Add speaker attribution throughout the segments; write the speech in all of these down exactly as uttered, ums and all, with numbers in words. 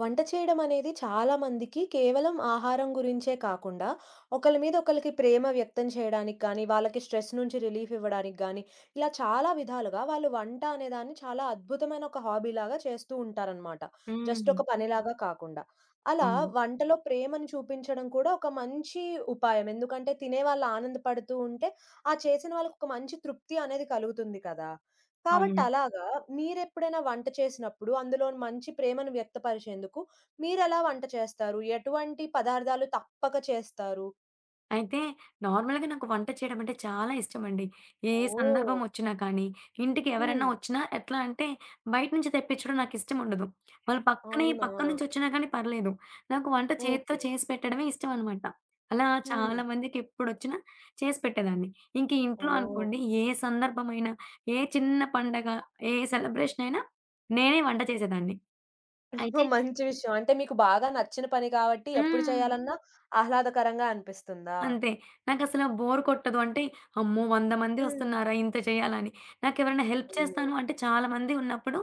Speaker 1: వంట చేయడం అనేది చాలా మందికి కేవలం ఆహారం గురించే కాకుండా ఒకళ్ళ మీద ఒకళ్ళకి ప్రేమ వ్యక్తం చేయడానికి కానీ, వాళ్ళకి స్ట్రెస్ నుంచి రిలీఫ్ ఇవ్వడానికి గానీ, ఇలా చాలా విధాలుగా వాళ్ళు వంట అనేదాన్ని చాలా అద్భుతమైన ఒక హాబీలాగా చేస్తూ ఉంటారనమాట. జస్ట్
Speaker 2: హ్మ్.
Speaker 1: ఒక పనిలాగా కాకుండా. అలా
Speaker 2: అవును.
Speaker 1: వంటలో ప్రేమను చూపించడం కూడా ఒక మంచి ఉపాయం. ఎందుకంటే తినేవాళ్ళు ఆనందపడుతూ ఉంటే, ఆ చేసిన వాళ్ళకి ఒక మంచి తృప్తి అనేది కలుగుతుంది కదా! కాబట్టి
Speaker 2: అవును.
Speaker 1: అలాగా మీరెప్పుడైనా వంట చేసినప్పుడు, అందులో మంచి ప్రేమను వ్యక్తపరిచేందుకు మీరెలా వంట చేస్తారు? ఎటువంటి పదార్థాలు తప్పక చేస్తారు?
Speaker 2: అయితే నార్మల్‌గా నాకు వంట చేయడం అంటే చాలా ఇష్టమండి. ఏ
Speaker 1: ఓహ్!
Speaker 2: సందర్భం వచ్చినా కానీ, ఇంటికి
Speaker 1: హ్మ్.
Speaker 2: ఎవరైనా వచ్చినా ఎట్లా అంటే బయట నుంచి తెప్పించడం నాకిష్టముండదు. వాళ్ళు పక్కనే
Speaker 1: అవునా?
Speaker 2: పక్కన నుంచి వచ్చినా కానీ పర్లేదు. నాకు వంట చేత్తో
Speaker 1: ఓకే.
Speaker 2: చేసి పెట్టడమే ఇష్టం అనమాట. అలా
Speaker 1: హ్మ్.
Speaker 2: చాలా మందికి ఎప్పుడొచ్చినా చేసి పెట్టేదాన్ని. ఇంక ఇంట్లో
Speaker 1: ఓహ్!
Speaker 2: అనుకోండి ఏ సందర్భమైనా, ఏ చిన్న పండగ, ఏ సెలబ్రేషన్ అయినా నేనే వంట చేసేదాన్ని. అయితే
Speaker 1: మంచి విషయం. అంటే మీకు బాగా నచ్చిన పని కాబట్టి ఎప్పుడు
Speaker 2: హ్మ్.
Speaker 1: చేయాలన్నా ఆహ్లాదకరంగా అనిపిస్తుందా?
Speaker 2: అంతే. నాకసల బోర్ కొట్టదు. అంటే, అమ్మో! వంద మంది
Speaker 1: హ్మ్.
Speaker 2: వస్తున్నారా ఇంత చేయాలా అని. నాకెవరైనా హెల్ప్
Speaker 1: అయ్యో!
Speaker 2: చేస్తాను అంటే చాలా మంది ఉన్నప్పుడు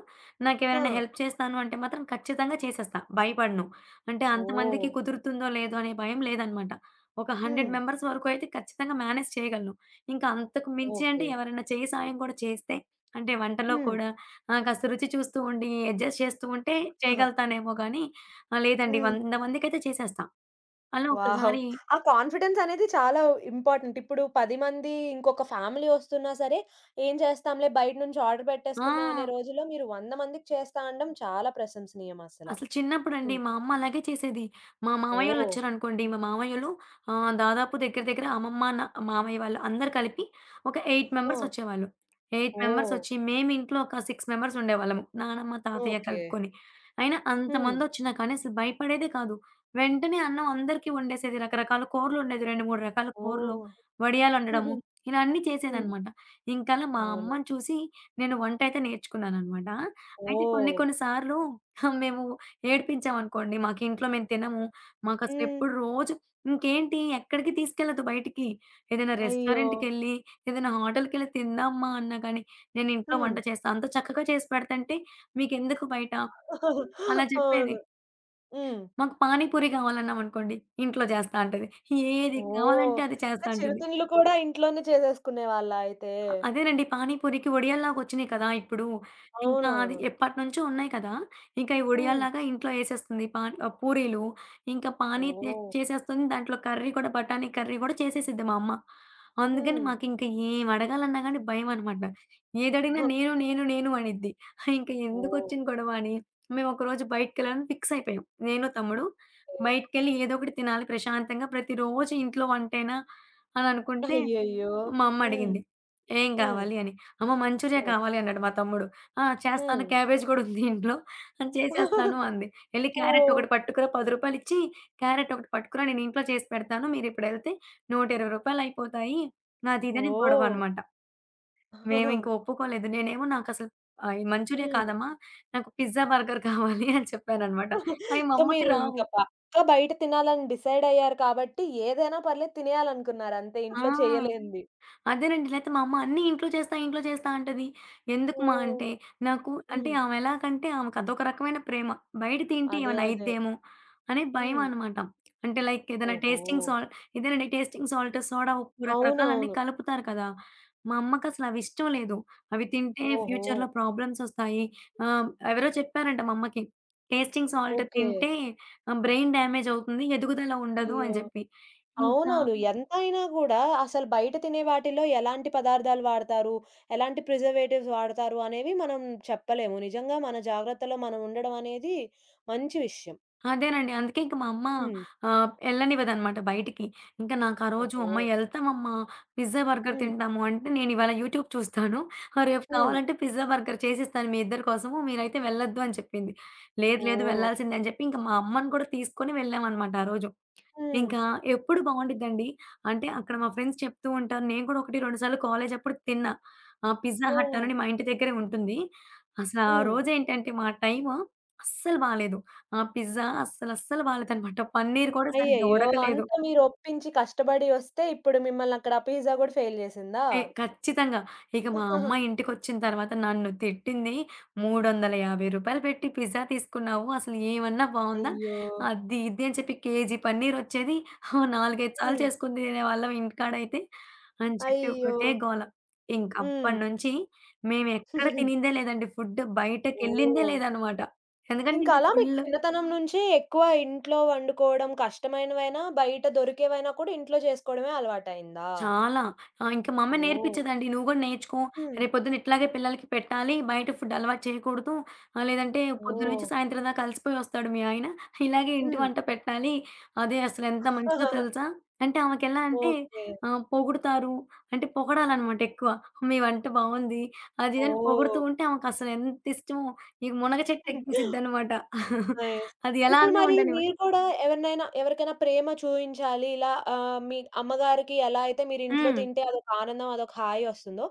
Speaker 1: ఆ!
Speaker 2: నాకెవరైనా హెల్ప్ చేస్తాను అంటే మాత్రం ఖచ్చితంగా చేసేస్తా. భయపడను. అంటే
Speaker 1: ఓహ్!
Speaker 2: అంతమందికి కుదురుతుందో లేదో అనే భయం లేదనమాట. ఒక వంద
Speaker 1: హ్మ్.
Speaker 2: మెంబర్స్ వరకు అయితే ఖచ్చితంగా మేనేజ్ చేయగలను. ఇంకా అంతకు మించి అంటే
Speaker 1: ఓకే.
Speaker 2: ఎవరైనా చేయి సాయం కూడా చేస్తే అంటే వంటలో
Speaker 1: హ్మ్.
Speaker 2: కూడా ఆహ్, కాస్త రుచి చూస్తూ ఉండి అడ్జస్ట్ చేస్తూ ఉంటే
Speaker 1: ఆహా!
Speaker 2: చేయగలుగుతానేమో గానీ ఆహ్, లేదండి
Speaker 1: హ్మ్.
Speaker 2: వంద మందికైతే చేసేస్తా. అలా
Speaker 1: వావ్!
Speaker 2: ఒకసారి
Speaker 1: ఆ కాన్ఫిడెన్స్ అనేది చాలా ఇంపార్టెంట్. ఇప్పుడు పది మంది ఇంకొక ఫ్యామిలీ వస్తున్నా సరే, ఏం చేస్తాంలే బయట నుంచి ఆర్డర్ పెట్టేసుకుందాం అనే
Speaker 2: ఆ!
Speaker 1: రోజుల్లో మీరు వంద మందికి చేస్తా అనడం చాలా ప్రశంసనీయం అసల.
Speaker 2: అసలు చిన్నప్పుడండి
Speaker 1: హ్మ్.
Speaker 2: మా అమ్మ అలాగే చేసేది. మా
Speaker 1: ఓహ్!
Speaker 2: మామయ్యోళ్ళొచ్చారనుకోండి, మా మామయ్యోళ్ళు ఆహ్, దాదాపు దగ్గర దగ్గర అమ్మమ్మ, నా మామయ్య వాళ్ళు అందరూ కలిపి ఒక ఎనిమిది
Speaker 1: ఆ!
Speaker 2: మెంబర్సొచ్చేవాళ్ళు. ఎనిమిది
Speaker 1: ఓహ్!
Speaker 2: మెంబర్సొచ్చి మేమింట్లో ఒక ఆరు మెంబర్సుండేవాళ్ళము. నానమ్మ, తాతయ్య
Speaker 1: ఓకే.
Speaker 2: కలుపుకొని. అయినా
Speaker 1: హ్మ్.
Speaker 2: అంతమందొచ్చినా కానీ అసలు భయపడేదే కాదు. వెంటనే అన్నం అందరికీ వండేసేది. రకరకాల కూరలొండేది. రెండు, మూడు రకాల కూరలు,
Speaker 1: ఓహ్!
Speaker 2: వడియాలొండడము ఇలా అన్నీ
Speaker 1: హ్మ్.
Speaker 2: చేసేదనమాట. ఇంకలా మా
Speaker 1: అవును.
Speaker 2: అమ్మని చూసి నేను వంటయితే నేర్చుకున్నాననమాట. అయితే కొన్ని
Speaker 1: ఓహ్!
Speaker 2: కొన్ని సార్లు మేము ఏడిపించామనుకోండి, మాకింట్లో మేము తినము.
Speaker 1: హ్మ్.
Speaker 2: మాకసలెప్పుడు రోజు ఇంకేంటి ఎక్కడికి తీసుకెళ్ళదు బయటికి. ఏదైనా
Speaker 1: అయ్యో!
Speaker 2: రెస్టారెంట్‌కెళ్ళి, ఏదైనా హోటల్‌కెళ్ళి తిందామా అన్నా కానీ, నేనింట్లో
Speaker 1: హ్మ్.
Speaker 2: వంట చేస్తా. అంత చక్కగా చేసి పెడతంటే మీకెందుకు బయట అలా చెప్పేది.
Speaker 1: అవును. హ్మ్.
Speaker 2: మాకు పానీ పూరి కావాలన్నామనుకోండి, ఇంట్లో చేస్తా అంటది. ఏది
Speaker 1: ఓహ్!
Speaker 2: కావాలంటే అది
Speaker 1: ఇంకా
Speaker 2: చేస్తా అంటది.
Speaker 1: చిరుతిండ్లు కూడా ఇంట్లోనే చేసేసుకునేవాళ్ళా అయితే?
Speaker 2: అదేనండి. పానీపూరికి వడియాల్లాగొచ్చినియి కదా! ఇప్పుడు. ఇంకా అది
Speaker 1: అవునవును.
Speaker 2: ఎప్పటినుంచో ఉన్నాయి కదా! ఇంకా ఈ
Speaker 1: హ్మ్.
Speaker 2: వడియాల్లాగా ఇంట్లో ఏసేస్తుంది. పాన్ ఆహ్, పూరీలు, ఇంకా పానీ తె
Speaker 1: ఓహ్!
Speaker 2: చేసేస్తుంది. దాంట్లో కర్రీ కూడా బఠానీ కర్రీ గూడా చేసేసిద్ది మా అమ్మ. అందుకని
Speaker 1: హ్మ్.
Speaker 2: మాకింక ఏం అడగాలన్నా గానీ భయమనమాట. ఏదడిగినా
Speaker 1: ఆహా!
Speaker 2: నేను, నేను, నేను అనిద్ది. ఇంక
Speaker 1: ఓకే.
Speaker 2: ఎందుకొచ్చిన గొడవ అని మేమొకరోజు బయటికెళ్ళాలని ఫిక్స్ అయిపోయాం. నేను, తమ్ముడు. బయటికెళ్ళి ఏదో ఒకటి తినాలి ప్రశాంతంగా. ప్రతిరోజు ఇంట్లో వంటేనా అని అనుకుంటే
Speaker 1: అయ్యయ్యో!
Speaker 2: మా అమ్మ
Speaker 1: హ్మ్.
Speaker 2: అడిగింది. "ఏం
Speaker 1: హ్మ్.
Speaker 2: కావాలి?" అని. "అమ్మ మంచూరియా
Speaker 1: హ్మ్.
Speaker 2: కావాలి" అన్నాడు మా తమ్ముడు. "ఆ! చేస్తాను
Speaker 1: హ్మ్.
Speaker 2: క్యాబేజ్ కూడా ఉంది ఇంట్లో. ఆ! చేసేస్తాను" అంది. "ఎళ్లి క్యారెట్
Speaker 1: ఓహ్!
Speaker 2: ఒకటి పట్టుకురా రూ. పది ఇచ్చి క్యారెట్ ఒకటి పట్టుకురా నేను ఇంట్లో చేసి పెడతాను. మీరిప్పుడెళ్తే రూ. నూట ఇరవై అయిపోతాయి" నాది ఇదని గొడవ
Speaker 1: ఓహ్!
Speaker 2: అనమాట. మేమింక ఒప్పుకోలేదు. నేనేమో నాకసలు ఆహ్, ఈ మంచూరియా
Speaker 1: హ్మ్.
Speaker 2: కాదమ్మా నాకు పిజ్జా, బర్గర్ కావాలి అని చెప్పాననమాట. అయి మా
Speaker 1: సో,
Speaker 2: అమ్మకి
Speaker 1: మీరు ఇంక
Speaker 2: రావు.
Speaker 1: పక్కా బయట తినాలని డిసైడ్ అయ్యారు కాబట్టి, ఏదైనా పర్లేదు తినేయాలనుకున్నారు అంతే
Speaker 2: ఆ!
Speaker 1: ఇంట్లో చేయలేనిది.
Speaker 2: అదేనండి. లేతే మా అమ్మ అన్నీ ఇంట్లో చేస్తా, ఇంట్లో చేస్తా అంటది. ఎందుకుమా
Speaker 1: హ్మ్.
Speaker 2: అంటే, నాకు అంటే
Speaker 1: హ్మ్.
Speaker 2: ఆమె ఎలాగంటే ఆమెకు అదొక రకమైన ప్రేమ. బయట తింటే
Speaker 1: అదే.
Speaker 2: ఏమైనా
Speaker 1: అదే.
Speaker 2: అయిద్దేమో అనే
Speaker 1: హ్మ్.
Speaker 2: భయమనమాట. అంటే లైక్ ఏదైనా
Speaker 1: ఓహో!
Speaker 2: టేస్టింగ్ సాల్ ఇదేనండి టేస్టింగ్ సాల్ట్, సోడా, ఉప్పు రకరకాలన్నీ
Speaker 1: అవునవును.
Speaker 2: కలుపుతారు కదా! మా అమ్మకసలు అవి ఇష్టం లేదు. అవి తింటే
Speaker 1: ఓహో!
Speaker 2: ఫ్యూచర్‌లో ప్రాబ్లమ్స్ ఒస్తాయి. ఆహ్, ఎవరో చెప్పారంట మా అమ్మకి. Tasting salt
Speaker 1: okay.
Speaker 2: తింటే ఆహ్, బ్రెయిన్ డ్యామేజ్ అవుతుంది. ఎదుగుదల ఉండదు
Speaker 1: అయ్యో!
Speaker 2: అని జెప్పి. ఇంకా
Speaker 1: అవునవును. హ్మ్. ఎంతైనా గూడా అసలు బయట తినే వాటిల్లో ఎలాంటి పదార్థాలు వాడతారు, ఎలాంటి ప్రిజర్వేటివ్స్ వాడతారు అనేవి మనం చెప్పలేము. నిజంగా మన జాగ్రత్తలో మనం ఉండడం అనేది మంచి విషయం.
Speaker 2: అదేనండి. అందుకే ఇంక మా అమ్మ
Speaker 1: హ్మ్.
Speaker 2: ఆహ్, ఎళ్ళనివ్వదనమాట బయటికి. ఇంక నాకు ఆ రోజు
Speaker 1: ఓహో!
Speaker 2: "అమ్మ ఎళ్తామమ్మా, పిజ్జా, బర్గర్
Speaker 1: హ్మ్.
Speaker 2: తింటాము" అంటే, "నేనివాళ యూట్యూబ్ చూస్తాను. ఆహ్, రేపు
Speaker 1: హ్మ్.
Speaker 2: కావాలంటే పిజ్జా, బర్గర్ చేసిస్తాను మీ ఇద్దరి కోసము. మీరైతే వెళ్ళొద్దు" అని చెప్పింది. లేదు లేదు
Speaker 1: ఓహ్!
Speaker 2: వెళ్ళాల్సిందే అని చెప్పి ఇంక మా అమ్మని కూడా తీసుకొని వెళ్ళామనమాట ఆ రోజు.
Speaker 1: హ్మ్.
Speaker 2: ఇంకా ఎప్పుడు బావుండిద్దండి. అంటే అక్కడ మా ఫ్రెండ్స్ చెప్తూ ఉంటారు. నేను కూడా ఒకటి, రెండు సార్లు కాలేజప్పుడు తిన్నా. ఆహ్, పిజ్జా హట్
Speaker 1: ఓహ్!
Speaker 2: అని మా ఇంటి దగ్గరే ఉంటుంది. అసలా ఆ
Speaker 1: హ్మ్.
Speaker 2: రోజేంటంటే మా టైము అస్సలు బాలేదు. ఆ పిజ్జా అస్సలస్సలు బాలేదనమాట. పన్నీర్ కూడా సరిగ్గా
Speaker 1: అయ్యయ్యో!
Speaker 2: ఉడకలేదు.
Speaker 1: అంత మీరు ఒప్పించి కష్టపడి వస్తే ఇప్పుడు మిమ్మల్ని అక్కడ ఆ పిజ్జా గూడా ఫెయిల్ చేసిందా?
Speaker 2: ఏ ఖచ్చితంగా. ఇక మా అమ్మ ఇంటికొచ్చిన తర్వాత నన్ను తిట్టింది. రూ. మూడు వందల యాభై పెట్టి పిజ్జా తీసుకున్నావు. అసలు ఏమన్నా బావుందా?
Speaker 1: అయ్యో!
Speaker 2: అది ఇది అని చెప్పి కేజీ పన్నీరొచ్చేది. ఓ నాలుగు, ఐదు సార్లు
Speaker 1: హ్మ్.
Speaker 2: చేసుకొని తినేవాళ్ళం ఇంటికాడైతే. అని చెప్పి
Speaker 1: అయ్యో!
Speaker 2: ఒకటే గోల. ఇంక
Speaker 1: హ్మ్.
Speaker 2: అప్పటినుంచి మేమెక్కడ తినిందే లేదండి. ఫుడ్ బయటకెళ్ళిందే
Speaker 1: ఓహ్!
Speaker 2: లేదనమాట. ఎందుకంటే
Speaker 1: ఇంకా
Speaker 2: ఇంక
Speaker 1: అలా మీకు
Speaker 2: ఫుల్
Speaker 1: చిన్నతనం నుంచే ఎక్కువ ఇంట్లో వండుకోవడం కష్టమైనవైనా, బయట దొరికేవైనా కూడా ఇంట్లో చేసుకోవడమే అలవాటయిందా?
Speaker 2: చాలా. ఆ! ఇంకా మా అమ్మ
Speaker 1: ఓహ్!
Speaker 2: నేర్పించేదండి. నువ్వు గూడా నేర్చుకో.
Speaker 1: హ్మ్.
Speaker 2: రేపొద్దున ఇట్లాగే పిల్లలకి పెట్టాలి. బయట ఫుడ్ అలవాటు చేయకూడదు. ఆహ్, లేదంటే పొద్దున
Speaker 1: ఓహ్!
Speaker 2: నుంచి సాయంత్రం దాకా అలసిపోయి వస్తాడు మీ ఆయన. ఇలాగే ఇంటి
Speaker 1: హ్మ్.
Speaker 2: వంట పెట్టాలి. అదే అసలెంత మంచిదో తెలుసా? అంటే ఆమెకెలా అంటే
Speaker 1: ఓకే.
Speaker 2: ఆహ్, పొగుడుతారు. అంటే పొగడాలనమాట ఎక్కువ. మీ వంట బావుంది. అది ఇదని
Speaker 1: ఓహ్!
Speaker 2: పొగుడుతూ ఉంటే ఆమెకసలు ఎంత ఇష్టమో నీకు మునగ చెట్టు ఎక్కేసిద్దనమాట.
Speaker 1: నైస్.
Speaker 2: అది ఎలా
Speaker 1: ఇప్పుడు
Speaker 2: అన్నా
Speaker 1: మరి
Speaker 2: ఉండనివ్వదు.
Speaker 1: మీరు కూడా ఎవరినైనా ఎవరికైనా ప్రేమ చూయించాలి. ఇలా ఆహ్, మీ అమ్మగారికి ఎలా అయితే మీరు ఇంట్లో
Speaker 2: హ్మ్.
Speaker 1: తింటే అదొక ఆనందం, అదొక హాయి వస్తుందో,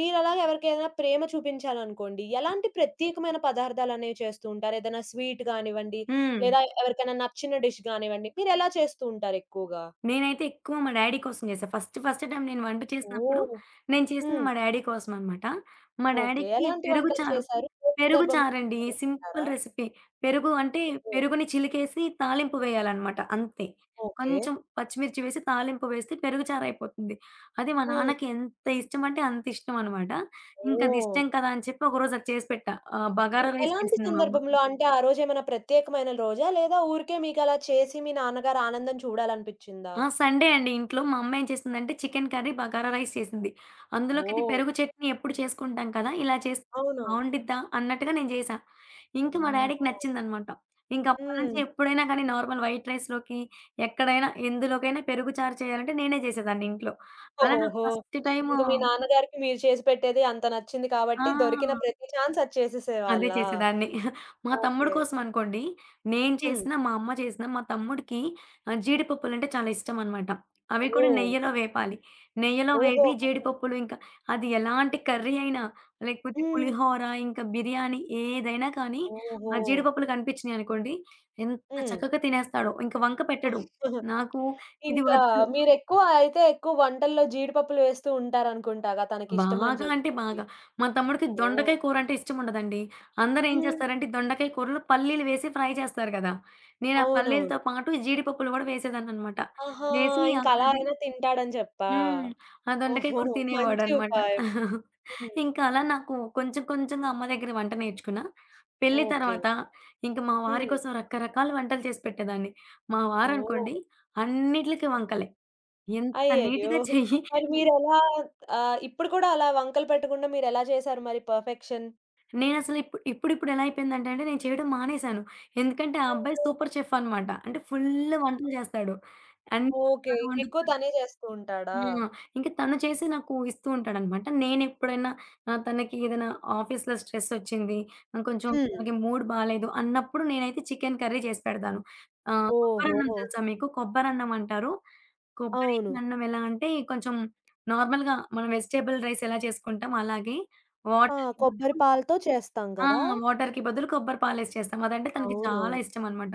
Speaker 1: మీరలాగా ఎవరికైనా ప్రేమ చూపించాలనుకోండి. ఎలాంటి ప్రత్యేకమైన పదార్థాలనేవి చేస్తూ ఉంటారు? ఏదైనా స్వీట్ గానివ్వండి,
Speaker 2: హ్మ్.
Speaker 1: లేదా ఎవరికైనా నచ్చిన డిష్ గానివ్వండి, మీరెలా చేస్తూ ఉంటారు ఎక్కువగా?
Speaker 2: నేనైతే ఎక్కువ మా డ్యాడీ కోసం చేశా. ఫస్ట్ ఫస్ట్ టైమ్ నేను వంట చేసినప్పుడు,
Speaker 1: ఓహ్!
Speaker 2: నేను చేసింది
Speaker 1: హ్మ్.
Speaker 2: మా డ్యాడీ కోసం అనమాట. మా
Speaker 1: ఓకే.
Speaker 2: డ్యాడీకి
Speaker 1: ఎలాంటి
Speaker 2: పెరుగు
Speaker 1: వంటలు
Speaker 2: చారు,
Speaker 1: చేశారు? ఏ
Speaker 2: పెరుగు
Speaker 1: సందర్భంలో
Speaker 2: చారండి.
Speaker 1: చేశారో చెప్తారా?
Speaker 2: Simple recipe. పెరుగు అంటే
Speaker 1: ఓహ్!
Speaker 2: పెరుగుని చిలికేసి తాలింపు వేయాలనమాట అంతే.
Speaker 1: ఓకే.
Speaker 2: కొంచెం పచ్చిమిర్చి వేసి తాలింపు వేస్తే పెరుగు చారైపోతుంది. అది మా
Speaker 1: హ్మ్.
Speaker 2: నాన్నకి ఎంత ఇష్టమంటే అంత ఇష్టమనమాట. ఇంకది
Speaker 1: ఓహ్!
Speaker 2: ఇష్టం కదా! అని చెప్పి ఒకరోజు అది చేసి పెట్టా. ఆహ్,
Speaker 1: హ్మ్.
Speaker 2: బగారా రైస్
Speaker 1: ఎలాంటి
Speaker 2: చేసింది మా అమ్మ.
Speaker 1: సందర్భంలో? అంటే ఆ రోజేమైనా ప్రత్యేకమైన రోజా? లేదా ఊరికే మీకలా చేసి మీ నాన్నగారు ఆనందం చూడాలనిపిచ్చిందా?
Speaker 2: ఆ! సండే అండి ఇంట్లో. మా అమ్మ ఏం చేసిందంటే చికెన్ కర్రీ, బగారా రైస్ చేసింది. అందులోకిది
Speaker 1: ఓహ్!
Speaker 2: పెరుగు చట్నీ ఎప్పుడు చేసుకుంటాం కదా! ఇలా చేస్తే
Speaker 1: అవునవును.
Speaker 2: బావుండిద్దా అన్నట్టుగా నేను చేశా. ఇంక మా డ్యాడీకి
Speaker 1: ఓహో!
Speaker 2: నచ్చిందనమాట. ఇంక అప్పటినుంచి
Speaker 1: హ్మ్.
Speaker 2: ఎప్పుడైనా కానీ నార్మల్ వైట్ రైస్‌లోకి, ఎక్కడైనా, ఎందులోకైనా పెరుగు చారు చేయాలంటే నేనే చేసేదాన్ని ఇంట్లో. అలా నాకు
Speaker 1: ఓహోహో!
Speaker 2: ఫస్ట్ టైము
Speaker 1: ఇంక మీ నాన్నగారికి మీరు చేసి పెట్టేది అంత నచ్చింది
Speaker 2: ఆ!
Speaker 1: కాబట్టి దొరికిన ప్రతి ఛాన్స్ అది
Speaker 2: అదే
Speaker 1: చేసేసేవాళ్ళా?
Speaker 2: చేసేదాన్ని. మా తమ్ముడు
Speaker 1: ఓకే.
Speaker 2: కోసమనుకోండి, నేను
Speaker 1: హ్మ్.
Speaker 2: చేసినా, మా అమ్మ చేసినా, మా తమ్ముడికి ఆహ్, జీడిపప్పులంటే చాలా ఇష్టమనమాట. అవి కూడా
Speaker 1: ఓహ్!
Speaker 2: నెయ్యిలో వేపాలి. నెయ్యిలో
Speaker 1: ఓహో!
Speaker 2: వేపి జీడిపప్పులు ఇంకా అది ఎలాంటి కర్రీ అయినా, లేకపోతే
Speaker 1: హ్మ్.
Speaker 2: పులిహోర, ఇంకా బిర్యానీ ఏదైనా కానీ,
Speaker 1: ఓహో!
Speaker 2: ఆ జీడిపప్పులు కనిపించినాయనుకోండి, ఎంత
Speaker 1: హ్మ్.
Speaker 2: చక్కగా తినేస్తాడో! ఇంక వంక పెట్టడు.
Speaker 1: హ్మ్.
Speaker 2: నాకు ఇది
Speaker 1: ఇంకా
Speaker 2: వద్దు
Speaker 1: మీరెక్కువ అయితే ఎక్కువ వంటల్లో జీడిపప్పులు వేస్తూ ఉంటారనుకుంటా.
Speaker 2: బాగా
Speaker 1: తనకిష్టమని
Speaker 2: అంటే
Speaker 1: చెప్పేసి.
Speaker 2: బాగా. మా తమ్ముడికి
Speaker 1: ఓహ్!
Speaker 2: దొండకాయ కూరంటే ఇష్టముండదండి. అందరేం
Speaker 1: హ్మ్.
Speaker 2: చేస్తారంటే దొండకాయ కూరలో పల్లీలు వేసి ఫ్రై చేస్తారు కదా! నేను ఆ పల్లీలతో
Speaker 1: అవునవును.
Speaker 2: పాటు ఈ జీడిపప్పులు గూడా వేసేదాన్ననమాట.
Speaker 1: ఆహా!
Speaker 2: వేసి ఆ
Speaker 1: ఇంకలా
Speaker 2: కర్రీ
Speaker 1: అయినా తింటాడని చెప్పా?
Speaker 2: హ్మ్. ఆ దొండకాయ
Speaker 1: ఓహో!
Speaker 2: కూర
Speaker 1: మంచి
Speaker 2: తినేవాడనమాట.
Speaker 1: ఉపాయం. హ్మ్.
Speaker 2: ఇంకా అలా నాకు కొంచెం కొంచెంగా అమ్మ దగ్గర వంట నేర్చుకున్నా. పెళ్లి
Speaker 1: ఓకే.
Speaker 2: తర్వాత ఇంక మా వారి
Speaker 1: హ్మ్.
Speaker 2: కోసం రకరకాల వంటలు చేసి పెట్టేదాన్ని. మా
Speaker 1: ఓహ్!
Speaker 2: వారనుకోండి అన్నిట్లికి వంకలే. ఎంత
Speaker 1: అయ్యయ్యో!
Speaker 2: నీట్‌గా చెయ్యి
Speaker 1: మరి మీరెలా ఆహ్, ఇప్పుడు కూడా అలా వంకలు పెట్టకుండా మీరెలా చేశారు మరి పర్ఫెక్షన్?
Speaker 2: నేనసలు ఇప్పుడు ఇప్పుడిప్పుడు ఎలా అయిపోయిందంటే అండి, నేను చేయడం మానేశాను. ఎందుకంటే ఆ అబ్బాయి
Speaker 1: అయ్యో!
Speaker 2: సూపర్ చెఫ్ అనమాట. అంటే ఫుల్లు వంటలు చేస్తాడు. అన్ని
Speaker 1: ఓకే.
Speaker 2: రకాలు
Speaker 1: ఇంకెక్కువ
Speaker 2: వండుతాడు.
Speaker 1: తనే చేస్తూ ఉంటాడా?
Speaker 2: హ్మ్. ఇంక తను చేసి నాకు ఇస్తూ ఉంటాడనమాట. నేనెప్పుడైనా ఆహ్, తనకి ఏదైనా ఆఫీస్‌లో స్ట్రెసొచ్చింది, ఆహ్, కొంచెం
Speaker 1: హ్మ్.
Speaker 2: తనకి మూడ్ బాలేదు అన్నప్పుడు నేనైతే చికెన్ కర్రీ చేసి పెడతాను. ఆహ్,
Speaker 1: ఓహో!
Speaker 2: కొబ్బరన్నం తెలుసా మీకు? కొబ్బరన్నం అంటారు. కొబ్బరి
Speaker 1: అవును.
Speaker 2: అన్నం ఎలా అంటే కొంచెం నార్మల్‌గా మనం వెజిటబుల్ రైస్ ఎలా చేసుకుంటామో అలాగే
Speaker 1: ఆ!
Speaker 2: వాటర్‌కి
Speaker 1: కొబ్బరి
Speaker 2: బదులు
Speaker 1: పాలతో చేస్తాం
Speaker 2: ఆ!
Speaker 1: గదా!
Speaker 2: వాటర్‌కి బదులు కొబ్బరి పాలేసి చేస్తాం. అదంటే తనకి చాలా
Speaker 1: అవునవును.
Speaker 2: ఇష్టమనమాట.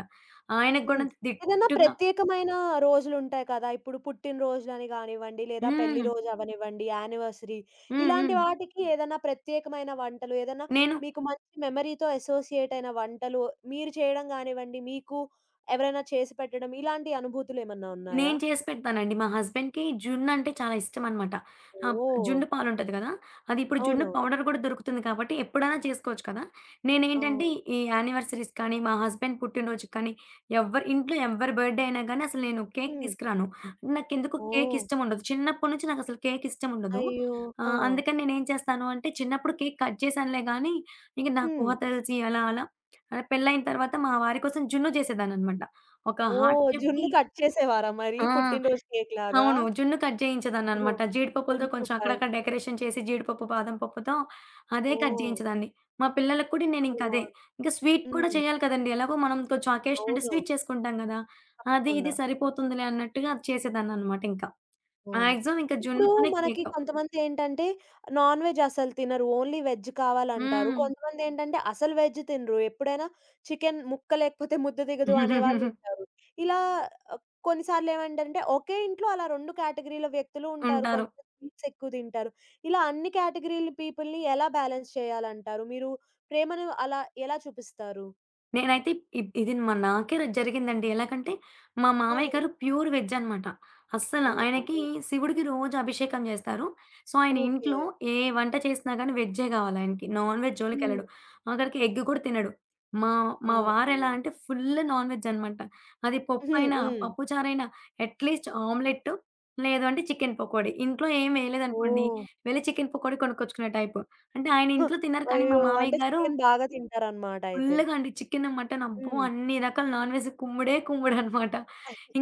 Speaker 2: ఆయనకి
Speaker 1: హ్మ్.
Speaker 2: గూడా
Speaker 1: ఏదన్నా
Speaker 2: దిట్టుగా
Speaker 1: ప్రత్యేకమైన రోజులుంటాయి కదా! ఇప్పుడు పుట్టినరోజులని గానివ్వండి, లేదా పెళ్లి
Speaker 2: హ్మ్.
Speaker 1: రోజు అవ్వనివ్వండి, యానివర్సరీ
Speaker 2: హ్మ్.
Speaker 1: ఇలాంటి
Speaker 2: హ్మ్.
Speaker 1: వాటికి ఏదన్నా ప్రత్యేకమైన వంటలు, ఏదన్నా
Speaker 2: నేను
Speaker 1: మీకు మంచి మెమరీతో అసోసియేట్ అయిన వంటలు మీరు చేయడం గానివ్వండి, మీకు ఎవరైనా చేసి పెట్టడం ఇలాంటి అనుభూతులేమన్నా ఉన్నాయా?
Speaker 2: నేను చేసి పెడతానండి. మా హస్బెండ్‌కి జున్నంటే చాలా ఇష్టమనమాట. ఆహ్,
Speaker 1: ఓహ్!
Speaker 2: జుండు పాలుంటది గదా! అది ఇప్పుడు జున్ను
Speaker 1: అవునవును.
Speaker 2: పౌడర్ గూడా దొరుకుతుంది కాబట్టి ఎప్పుడైనా చేసుకోవచ్చు కదా!
Speaker 1: ఆ!
Speaker 2: నేనేంటంటే ఈ యానివర్సరీస్ కానీ, మా హస్బెండ్ పుట్టినరోజుకి కానీ, ఎవ్వరి ఇంట్లో ఎవ్వరి బర్త్‌డే అయినా గానీ అసలు నేను కేక్
Speaker 1: హ్మ్.
Speaker 2: తీసుకురాను. నాకెందుకో కేక్
Speaker 1: ఓహ్!
Speaker 2: ఇష్టముండదు. చిన్నప్పటి నుంచి నాకసలు కేక్ ఇష్టముండదు.
Speaker 1: అయ్యో! ఆ!
Speaker 2: ఆహ్, అందుకని నేనేం చేస్తాను అంటే చిన్నప్పుడు కేక్ కట్ చేశానులే గానీ, ఇంక నాకు
Speaker 1: హ్మ్.
Speaker 2: ఊహ తెలిసి అలా అలా ఆహ్, పెళ్లయిన తర్వాత మా వారి కోసం జున్ను చేసేదాన్ననమాట. ఒక హార్ట్
Speaker 1: ఓహ్! జున్ను
Speaker 2: షేప్‌ది
Speaker 1: కట్ చేసేవారా మరి
Speaker 2: ఆ!
Speaker 1: పుట్టినరోజు కేక్‌లాగా?
Speaker 2: అవును. జున్ను కట్
Speaker 1: ఓహో!
Speaker 2: జేయించేదాన్ననమాట. జీడిపప్పులతో
Speaker 1: మంచి
Speaker 2: కొంచెం
Speaker 1: ఉపాయం.
Speaker 2: అక్కడక్కడ డెకరేషన్ చేసి జీడిపప్పు, బాదం పప్పుతో అదే కట్
Speaker 1: ఓహ్!
Speaker 2: జేయించేదాన్ని. మా పిల్లలకి కూడా
Speaker 1: చాలా
Speaker 2: నేనింక అదే.
Speaker 1: బావుంది.
Speaker 2: ఇంక స్వీట్ కూడా
Speaker 1: హ్మ్.
Speaker 2: చేయాలి కదండీ! ఎలాగో మనం కొంచెం అకేషన్ అంటే
Speaker 1: అవునవును.
Speaker 2: స్వీట్ చేసుకుంటాం గదా! అది ఇది
Speaker 1: తప్పకుండా.
Speaker 2: సరిపోతుందిలే అన్నట్టుగా అది చేసేదాన్ననమాట ఇంక.
Speaker 1: అవును.
Speaker 2: మాక్సిమం ఇంక
Speaker 1: ఇప్పుడు హ్మ్.
Speaker 2: జున్నుతోనే
Speaker 1: మనకి
Speaker 2: కేకు.
Speaker 1: కొంతమందేంటంటే నాన్ వెజ్ అసలు తినరు. ఓన్లీ వెజ్ కావాలంటారు.
Speaker 2: హ్మ్.
Speaker 1: కొంతమందేంటంటే అసలు వెజ్ తినరు. ఎప్పుడైనా చికెన్ ముక్క లేకపోతే ముద్ద దిగదు అనేవాళ్ళుంటారు. ఇలా ఆహ్, కొన్నిసార్లేమంటంటే ఒకే ఇంట్లో అలా రెండు కేటగిరీల వ్యక్తులు ఉంటారు.
Speaker 2: ఉంటారు.
Speaker 1: కొంచెం స్వీట్స్ ఎక్కువ తింటారు. ఇలా అన్ని కేటగిరీల పీపుల్‌ని ఎలా బ్యాలెన్స్ చేయాలంటారు? మీరు ప్రేమను అలా ఎలా చూపిస్తారు?
Speaker 2: నేనైతే ఇద్ ఇది మ నాకే ర జరిగిందండి. ఎలాగంటే, మా
Speaker 1: ఆ!
Speaker 2: మామయ్య గారు ప్యూర్ వెజ్ అనమాట. అస్సల
Speaker 1: ఓహో!
Speaker 2: ఆయనకి శివుడికి రోజు అభిషేకం జేస్తారు. సో, ఆయన
Speaker 1: ఓకే.
Speaker 2: ఇంట్లో ఏ వంట చేసినా గానీ వెజ్జే గావాలాయనకి. నాన్ వెజ్
Speaker 1: హ్మ్.
Speaker 2: జోలికెళ్ళడు. ఆఖరికి ఎగ్ కూడా తినడు. మా మా
Speaker 1: ఓహో!
Speaker 2: వారెలా అంటే ఫుల్ నాన్ వెజ్ అనమాట. అది
Speaker 1: హుహు.
Speaker 2: పప్పైనా,
Speaker 1: హ్మ్.
Speaker 2: పప్పు చారైనా, అట్‌లీస్ట్ ఆమ్లెట్టు, లేదు అంటే చికెన్ పకోడీ. ఇంట్లో ఏం వేయలేదనుకోండి,
Speaker 1: ఓహ్!
Speaker 2: వెళ్ళి చికెన్ పకోడీ కొనుక్కొచ్చుకునే టైపు. అంటే ఆయన
Speaker 1: హ!
Speaker 2: ఇంట్లో తినరు కానీ మా
Speaker 1: అయ్యో!
Speaker 2: మామయ్య
Speaker 1: అంటే
Speaker 2: గారు
Speaker 1: చికెన్ బాగా తింటారనమాట అయితే.
Speaker 2: ఫుల్‌గా అండి. చికెను, మటను అబ్బో!
Speaker 1: హ్మ్.
Speaker 2: అన్ని రకాల నాన్ వెజ్ కుమ్ముడే కుమ్ముడనమాట.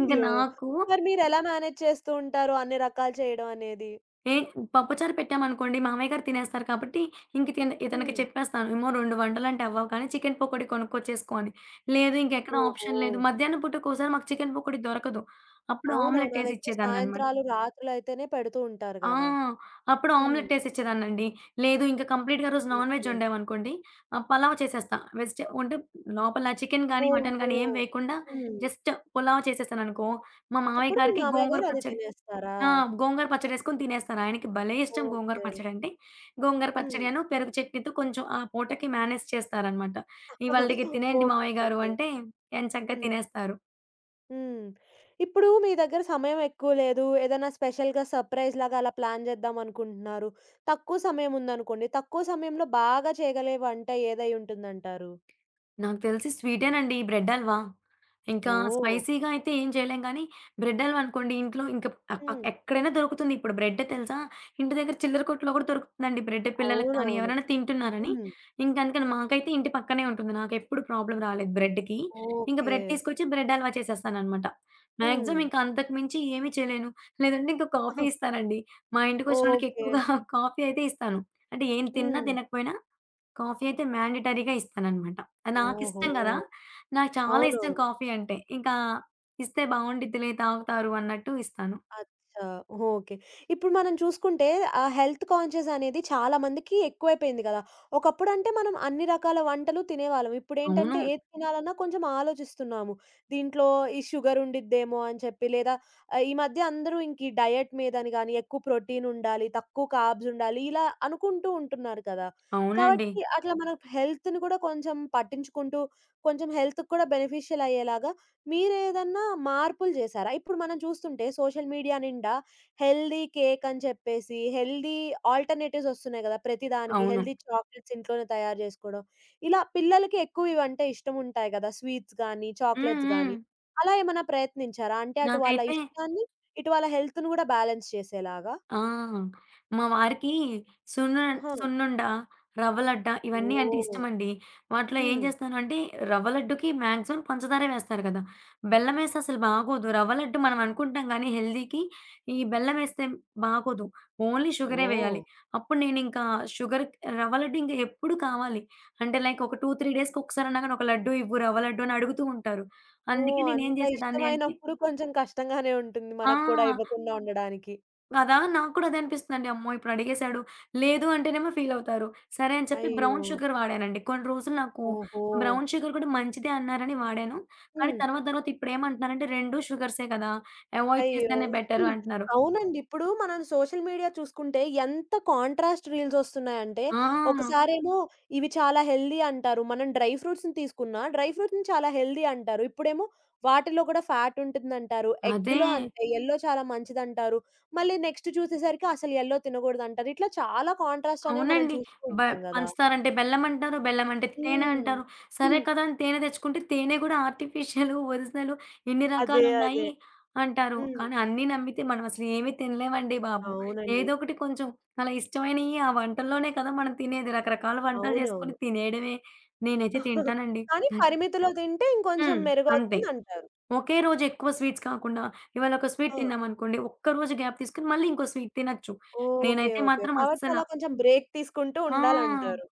Speaker 2: ఇంక నాకు
Speaker 1: మరి మీరెలా మేనేజ్ చేస్తూ ఉంటారు అన్ని రకాలు చేయడం అనేది?
Speaker 2: ఏ పప్పుచారు పెట్టామనుకోండి మామయ్య గారు తినేస్తారు కాబట్టి, ఇంక తిన ఇతనికి
Speaker 1: హ్మ్.
Speaker 2: చెప్పేస్తాను. ఏమో రెండు వంటలంటే అవ్వవు కానీ చికెను పకోడీ కొనుక్కొచ్చేసుకో అని. లేదు ఇంకెక్కడ
Speaker 1: ఓహో!
Speaker 2: ఆప్షన్ లేదు. మధ్యాహ్నం పూట ఒక్కోసారి మాకు చికెను పకోడీ దొరకదు. అప్పుడు
Speaker 1: అవునవును.
Speaker 2: ఆమ్లెట్
Speaker 1: అవెక్కువ
Speaker 2: ఏసిచ్చేదాన్ననమాట.
Speaker 1: సాయంత్రాలు, రాత్రులైతేనే పెడుతూ ఉంటారు
Speaker 2: ఆ!
Speaker 1: గదా!
Speaker 2: అప్పుడు
Speaker 1: హ్మ్.
Speaker 2: ఆమ్లెటేసిచ్చేదాన్నండి. లేదు ఇంకా కంప్లీట్‌గా ఆ రోజు నాన్ వెజ్
Speaker 1: ఓకే.
Speaker 2: వండామనుకోండి, ఆహ్, పలావ్ చేసేస్తా. వెజిటే అంటే లోపల చికెన్ గానీ, మటన్
Speaker 1: ఓహో!
Speaker 2: గానీ ఏం వేయకుండా
Speaker 1: హ్మ్.
Speaker 2: జస్ట్ పులావ్ చేసేసాననుకో, మా మావయ్య
Speaker 1: అప్పుడు మీ
Speaker 2: గారికి
Speaker 1: మామయ్య
Speaker 2: గోంగూర
Speaker 1: గారు అది
Speaker 2: పచ్చడి
Speaker 1: తినేస్తారా?
Speaker 2: ఆ! గోంగూర పచ్చడేసుకొని తినేస్తారు. ఆయనకి భలే ఇష్టం గోంగూర
Speaker 1: ఓకే.
Speaker 2: పచ్చడంటే. గోంగూర
Speaker 1: హ్మ్.
Speaker 2: పచ్చడిను, పెరుగు చట్నీతో కొంచెం ఆ పూటకి మేనేజ్ చేస్తారనమాట. ఇవాళటికి
Speaker 1: ఓకే.
Speaker 2: తినేయండి మావయ్య గారు
Speaker 1: ఓకే.
Speaker 2: అంటే ఎంచక్కా
Speaker 1: హ్మ్.
Speaker 2: తినేస్తారు.
Speaker 1: హ్మ్. ఇప్పుడు మీ దగ్గర సమయం ఎక్కువ లేదు. ఏదైనా స్పెషల్‌గా సర్‌ప్రైజ్‌లాగా అలా ప్లాన్ చేద్దాం అనుకుంటున్నారు. తక్కువ సమయం ఉందనుకోండి. తక్కువ సమయంలో బాగా చేయగలే వంట ఏదై ఉంటుందంటారు?
Speaker 2: నాకు తెలిసి స్వీటేనండి ఈ బ్రెడ్ హల్వా. ఇంకా
Speaker 1: ఓహ్!
Speaker 2: స్పైసీగా అయితే ఏం చేయలేం గానీ, బ్రెడ్ హల్వా అనుకోండి ఇంట్లో ఇంక ఆహ్, ప
Speaker 1: హ్మ్.
Speaker 2: ఎక్కడైనా దొరుకుతుంది. ఇప్పుడు బ్రెడ్ తెలుసా? ఇంటి దగ్గర చిల్లర కొట్టులో కూడా దొరుకుతుందండి బ్రెడ్ పిల్లలకి కానీ,
Speaker 1: అవునవును.
Speaker 2: ఎవరైనా తింటున్నారని.
Speaker 1: హ్మ్.
Speaker 2: ఇంక అందుకని మాకైతే ఇంటి పక్కనే ఉంటుంది. నాకెప్పుడు ప్రాబ్లమ్ రాలేదు బ్రెడ్‌కి. ఇంక
Speaker 1: ఓకే.
Speaker 2: బ్రెడ్ తీసుకొచ్చి బ్రెడ్ హల్వా చేసేస్తాననమాట.
Speaker 1: హ్మ్.
Speaker 2: మాక్సిమం ఇంక అంతకు మించి ఏమీ చేయలేను. లేదంటే ఇంక కాఫీ ఇస్తానండి. మా ఇంటికొచ్చినోళ్ళకి
Speaker 1: ఓకే.
Speaker 2: ఎక్కువగా కాఫీ అయితే ఇస్తాను. అంటే ఏం తిన్నా
Speaker 1: హ్మ్.
Speaker 2: తినకపోయినా కాఫీ అయితే మ్యాండేటరీ‌గా ఇస్తాననమాట.
Speaker 1: ఓహో!
Speaker 2: నాకిష్టం గదా! నాకు చాలా ఇష్టం
Speaker 1: అవునవును.
Speaker 2: కాఫీ అంటే. ఇంకా ఇస్తే బావుండిద్దిలే తాగుతారు అన్నట్టు ఇస్తాను.
Speaker 1: అచ్చా! ఓకే. ఇప్పుడు మనం చూసుకుంటే ఆ హెల్త్ కాన్షియస్ అనేది చాలా మందికి ఎక్కువైపోయింది గదా! ఒకప్పుడంటే మనం అన్ని రకాల వంటలు తినేవాళ్ళం.
Speaker 2: అవును.
Speaker 1: ఇప్పుడేంటంటే ఏది తినాలన్నా కొంచెం ఆలోచిస్తున్నాము. దీంట్లో ఈ షుగర్ ఉండిద్దేమో అని చెప్పి లేదా ఆహ్, ఈ మధ్య అందరూ ఇంక ఈ డయట్ మీదని గాని, ఎక్కువ ప్రోటీన్ ఉండాలి, తక్కువ కార్బ్స్ ఉండాలి ఇలా అనుకుంటూ ఉంటున్నారు కదా!
Speaker 2: అవునండి.
Speaker 1: కాబట్టి అట్లా మనం హెల్త్‌ని కూడా కొంచెం పట్టించుకుంటూ కొంచెం హెల్త్‌కి కూడా బెనిఫిషియల్ అయ్యేలాగా మీరేదన్నా మార్పులు జేశారా? ఇప్పుడు మనం చూస్తుంటే సోషల్ మీడియా నిండా హెల్తీ కేక్ అని చెప్పేసి, హెల్తీ ఆల్టర్‌నేటివ్స్ ఒస్తున్నాయి గదా! ప్రతి దానికి
Speaker 2: అవును.
Speaker 1: హెల్తీ చాక్లెట్స్ ఇంట్లోనే తయారు జేసుకోవడం. ఇలా పిల్లలకి ఎక్కువ ఇవంటే ఇష్టముంటాయి గదా! స్వీట్స్ గానీ,
Speaker 2: హ్మ్.
Speaker 1: చాక్లెట్స్
Speaker 2: హ్మ్.
Speaker 1: గానీ. అలా ఏమన్నా ప్రయత్నించారా? అంటే అటు వాళ్ళ
Speaker 2: నాకైతే
Speaker 1: ఇష్టాన్ని, ఇటు వాళ్ళ హెల్త్‌ని గూడా బ్యాలెన్స్ చేసేలాగా?
Speaker 2: ఆ! మా వారికి సున్ను
Speaker 1: ఆహా!
Speaker 2: సున్నుండ, రవ్వ లడ్డ ఇవన్నీ అంటే
Speaker 1: ఓహ్!
Speaker 2: ఇష్టమండి. వాటిలో ఏం
Speaker 1: హ్మ్.
Speaker 2: చేస్తానంటే రవ్వ లడ్డుకి మాక్సిమం పంచదారే వేస్తారు కదా! బెల్లమేస్తే అసలు బాగోదు. రవ్వ లడ్డు మనం అనుకుంటాం గానీ హెల్తీకి ఈ బెల్లమేస్తే బాగోదు. ఓన్లీ షుగరే
Speaker 1: ఓహ్!
Speaker 2: వేయాలి. అప్పుడు నేనింకా షుగర్ రవ్వ లడ్డు ఇంక ఎప్పుడు కావాలి. అంటే లైక్ ఒక రెండు, మూడు డేస్‌కి ఒకసారన్నా గాని ఒక లడ్డు ఇవ్వు, రవ్వ లడ్డు అని అడుగుతూ ఉంటారు. అందుకే
Speaker 1: ఓహ్!
Speaker 2: నేనేం
Speaker 1: అంత
Speaker 2: చేసేదాన్ని అంటే
Speaker 1: ఇష్టమైనప్పుడు కొంచెం కష్టంగానే ఉంటుంది
Speaker 2: ఆ!
Speaker 1: మనకు కూడా ఇవ్వకుండా ఉండడానికి.
Speaker 2: కదా! నాకు కూడా అదే అనిపిస్తుందండి. అమ్మో! ఇప్పుడు అడిగేసాడు. లేదు అంటేనేమో ఫీలవుతారు. సరే అని చెప్పి
Speaker 1: అయ్యో!
Speaker 2: బ్రౌన్ షుగర్ వాడానండి. కొన్ని రోజులు నాకు
Speaker 1: ఓహో!
Speaker 2: బ్రౌన్ షుగర్ కూడా మంచిదే అన్నారని వాడాను. కానీ
Speaker 1: హ్మ్.
Speaker 2: తర్వాత తర్వాత ఇప్పుడేమంటున్నారంటే, "రెండు షుగర్సే కదా! అవాయిడ్
Speaker 1: అయ్యో!
Speaker 2: చేస్తేనే బెటరు"
Speaker 1: హ్మ్.
Speaker 2: అంటున్నారు.
Speaker 1: అవునండి. ఇప్పుడు మనం సోషల్ మీడియా చూసుకుంటే ఎంత కాంట్రాస్ట్ రీల్స్ వస్తున్నాయంటే,
Speaker 2: ఆ!
Speaker 1: ఒకసారేమో ఇవి చాలా హెల్తీ అంటారు. మనం డ్రై ఫ్రూట్స్‌ని తీసుకున్నా, డ్రై ఫ్రూట్స్‌ని చాలా హెల్తీ అంటారు. ఇప్పుడేమో వాటిలో కూడా ఫ్యాట్ ఉంటుందంటారు.
Speaker 2: అదే.
Speaker 1: ఎగ్‌లో అంతే యెల్లో చాలా మంచిదంటారు. మళ్ళీ నెక్స్ట్ చూసేసరికి అసలు యెల్లో తినకూడదంటారు. ఇట్లా చాలా కాంట్రాస్ట్ అనేవి మనం
Speaker 2: అవునండి.
Speaker 1: చూస్తూ
Speaker 2: బ
Speaker 1: ఉంటాం గదా!
Speaker 2: పంచుతారంటే బెల్లమంటారు, బెల్లమంటే తేనె
Speaker 1: హ్మ్.
Speaker 2: అంటారు. సరే
Speaker 1: హ్మ్.
Speaker 2: కదా! అని తేనె తెచ్చుకుంటే తేనె గూడా ఆర్టిఫిషియలు, ఒరిజినలు ఇన్ని
Speaker 1: అదే. అదే.
Speaker 2: రకాలున్నాయి అంటారు.
Speaker 1: హ్మ్.
Speaker 2: కానీ అన్నీ నమ్మితే మనం అసలు ఏమి తినలేమండి బాబు.
Speaker 1: అవునండి.
Speaker 2: ఏదో ఒకటి కొంచెం అలా ఇష్టమైనయి ఆ వంటల్లోనే కదా మనం తినేది. రకరకాల వంటలు చేసుకొని
Speaker 1: అవునవును.
Speaker 2: తినేయడమే. నేనైతే తింటానండి.
Speaker 1: కానీ పరిమితిలో తింటే ఇంకొంచెం
Speaker 2: హ్మ్. అంతే.
Speaker 1: మెరుగవుతుందంటారు.
Speaker 2: ఒకే రోజు ఎక్కువ స్వీట్స్ కాకుండా ఇవాళ ఒక స్వీట్
Speaker 1: ఆ!
Speaker 2: తిన్నామనుకోండి, ఒక్క రోజు గ్యాప్ తీసుకొని మళ్ళీ ఇంకో స్వీట్ తినొచ్చు.
Speaker 1: ఓకే.
Speaker 2: నేనైతే
Speaker 1: ఓకే.
Speaker 2: మాత్రం
Speaker 1: కాబట్టి
Speaker 2: అస్సల
Speaker 1: అలా కొంచెం బ్రేక్ తీసుకుంటూ
Speaker 2: ఆ!
Speaker 1: ఉండాలంటారు.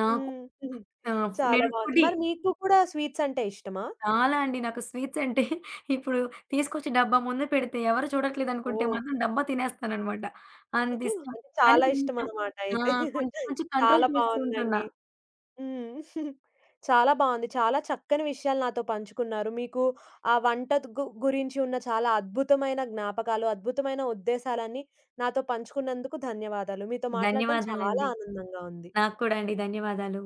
Speaker 2: నాకు
Speaker 1: హ్మ్. హుహు.
Speaker 2: ఆ! ఫు
Speaker 1: చాలా
Speaker 2: నేను
Speaker 1: బావుంది.
Speaker 2: ఫుడీ.
Speaker 1: మరి మీకు కూడా స్వీట్స్ అంటే ఇష్టమా?
Speaker 2: చాలా అండి. నాకు స్వీట్స్ అంటే ఇప్పుడు తీసుకొచ్చి డబ్బా ముందు పెడితే ఎవరు చూడట్లేదనుకుంటే
Speaker 1: ఓహ్!
Speaker 2: మాత్రం డబ్బా తినేస్తాననమాట. అంత
Speaker 1: అంటే
Speaker 2: ఇష్టం. కానీ
Speaker 1: చాలా
Speaker 2: కొంచెం
Speaker 1: ఇష్టమనమాట
Speaker 2: ఆ!
Speaker 1: అయితే.
Speaker 2: కొంచెం కొంచెం కంట్రోల్
Speaker 1: చాలా
Speaker 2: చేస్తూ ఉంటున్నా.
Speaker 1: బావుందండి. హ్మ్. చాలా బావుంది. చాలా చక్కని విషయాలు నాతో పంచుకున్నారు. మీకు ఆ వంట గు గురించి ఉన్న చాలా అద్భుతమైన జ్ఞాపకాలు, అద్భుతమైన ఉద్దేశాలన్నీ నాతో పంచుకున్నందుకు ధన్యవాదాలు. మీతో మాట్లాడడం చాలా
Speaker 2: ధన్యవాదాలండి.
Speaker 1: ఆనందంగా ఉంది.
Speaker 2: నాకు కూడా అండి. ధన్యవాదాలు.